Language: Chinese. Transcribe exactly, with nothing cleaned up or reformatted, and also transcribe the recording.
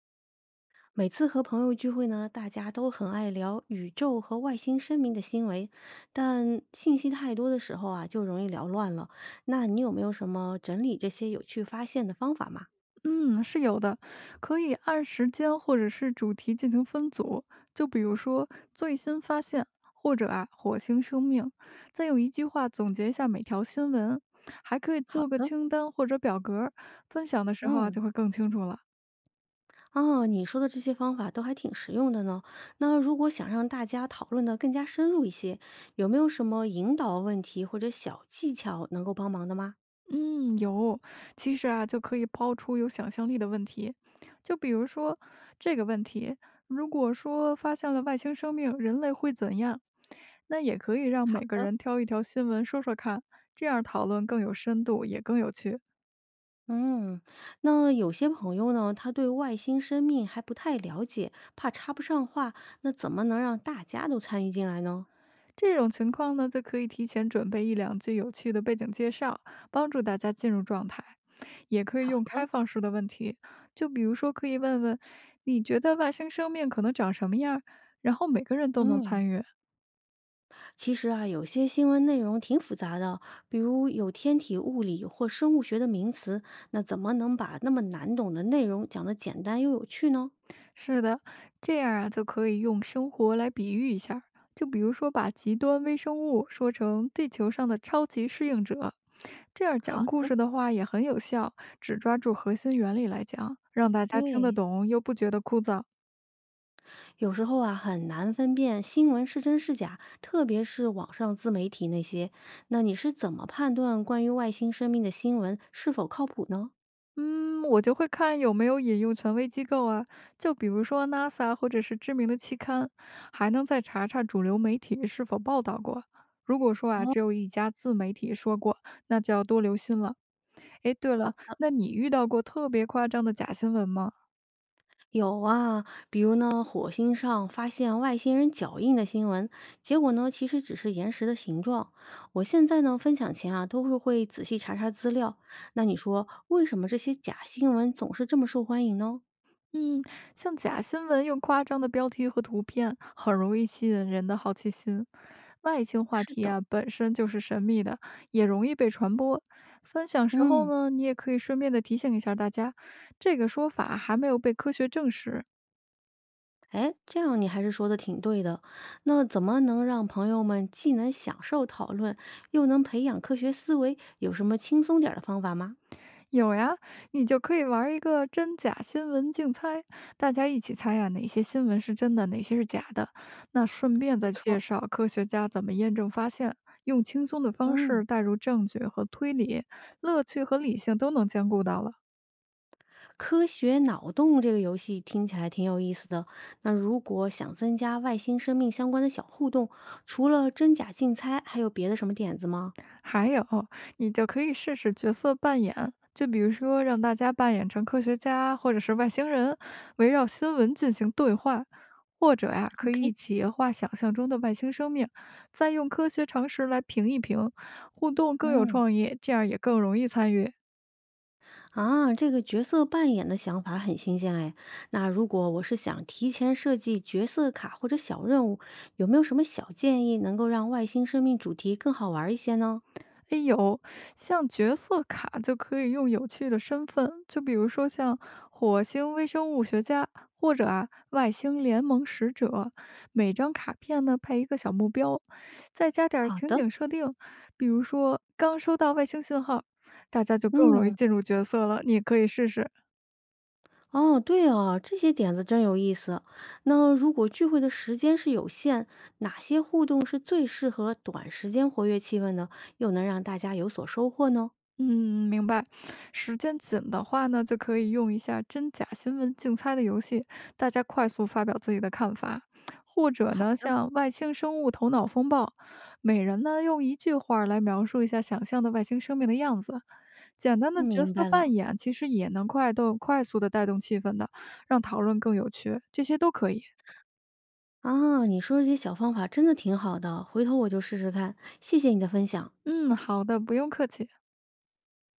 每次和朋友聚会呢，大家都很爱聊宇宙和外星生命的新闻，但信息太多的时候啊，就容易聊乱了。那你有没有什么整理这些有趣发现的方法吗？嗯，是有的，可以按时间或者是主题进行分组，就比如说最新发现，或者啊火星生命，再用一句话总结一下每条新闻，还可以好做个的，清单或者表格儿分享的时候啊嗯，就会更清楚了。哦，你说的这些方法都还挺实用的呢。那如果想让大家讨论的更加深入一些，有没有什么引导问题或者小技巧能够帮忙的吗？嗯，有，其实啊，就可以抛出有想象力的问题，就比如说这个问题，如果说发现了外星生命，人类会怎样？那也可以让好每个的。人挑一条新闻说说看，这样讨论更有深度，也更有趣。嗯，那有些朋友呢，他对外星生命还不太了解，怕插不上话，那怎么能让大家都参与进来呢？这种情况呢，就可以提前准备一两句有趣的背景介绍，帮助大家进入状态。也可以好用开的，放式的问题，就比如说可以问问，你觉得外星生命可能长什么样儿然后每个人都能嗯，参与。其实啊，有些新闻内容挺复杂的，比如有天体物理或生物学的名词，那怎么能把那么难懂的内容讲得简单又有趣呢？是的，这样啊就可以用生活来比喻一下儿就比如说把极端微生物说成地球上的超级适应者，这样讲好故的，事的话也很有效，只抓住核心原理来讲，让大家听得对。懂又不觉得枯燥。有时候啊，很难分辨新闻是真是假，特别是网上自媒体那些。那你是怎么判断关于外星生命的新闻是否靠谱呢？嗯，我就会看有没有引用权威机构啊，就比如说 那撒 或者是知名的期刊，还能再查查主流媒体是否报道过。如果说啊，只有一家自媒体说过，那就要多留心了。诶，对了，好，那你遇到过特别夸张的假新闻吗？有啊，比如呢，火星上发现外星人脚印的新闻，结果呢，其实只是岩石的形状。我现在呢，分享前啊，都是会仔细查查资料。那你说，为什么这些假新闻总是这么受欢迎呢？嗯，像假新闻用夸张的标题和图片，很容易吸引人的好奇心。外星话是题的，啊，本身就是神秘的，也容易被传播。分享时候嗯。呢，你也可以顺便的提醒一下大家，这个说法还没有被科学证实，哎，这样你还是说的挺对的。那怎么能让朋友们既能享受讨论，又能培养科学思维？有什么轻松点儿的方法吗？有呀，你就可以玩儿一个真假新闻竞猜，大家一起猜呀、哪些新闻是真的，哪些是假的。那顺便不再介错，绍科学家怎么验证发现，用轻松的方嗯，式带入证据和推理，乐趣和理性都能兼顾到了。科学脑洞这个游戏听起来挺有意思的。那如果想增加外星生命相关的小互动，除了真假竞猜，还有别的什么点子吗？还有，你就可以试试角色扮演，就比如说让大家扮演成科学家或者是外星人，围绕新闻进行对话，或者呀、可以 OK，一起画想象中的外星生命，再用科学常识来评一评，互动更有嗯。创意，这样也更容易参与。啊，这个角色扮演的想法很新鲜哎。那如果我是想提前设计角色卡或者小任务，有没有什么小建议能够让外星生命主题更好玩儿一些呢？哎，有，像角色卡就可以用有趣的身份，就比如说像火星微生物学家，或者啊外星联盟使者。每张卡片呢配一个小目标，再加点儿好情的，景设定，比如说刚收到外星信号，大家就更容易嗯，进入角色了。你也可以试试。哦，对哦，这些点子真有意思。那如果聚会的时间是有限，哪些互动是最适合短时间活跃气氛呢？又能让大家有所收获呢？嗯，明白。时间紧的话呢，就可以用一下真假新闻竞猜的游戏，大家快速发表自己的看法，或者好呢，的，像外星生物头脑风暴，每人呢用一句话儿来描述一下想象的外星生命的样子。简单的角明色白扮了。演其实也能快动、快速的带动气氛的，让讨论更有趣。这些都可以。啊，你说的这些小方法真的挺好的，回头我就试试看，谢谢你的分享。嗯，好的，不用客气。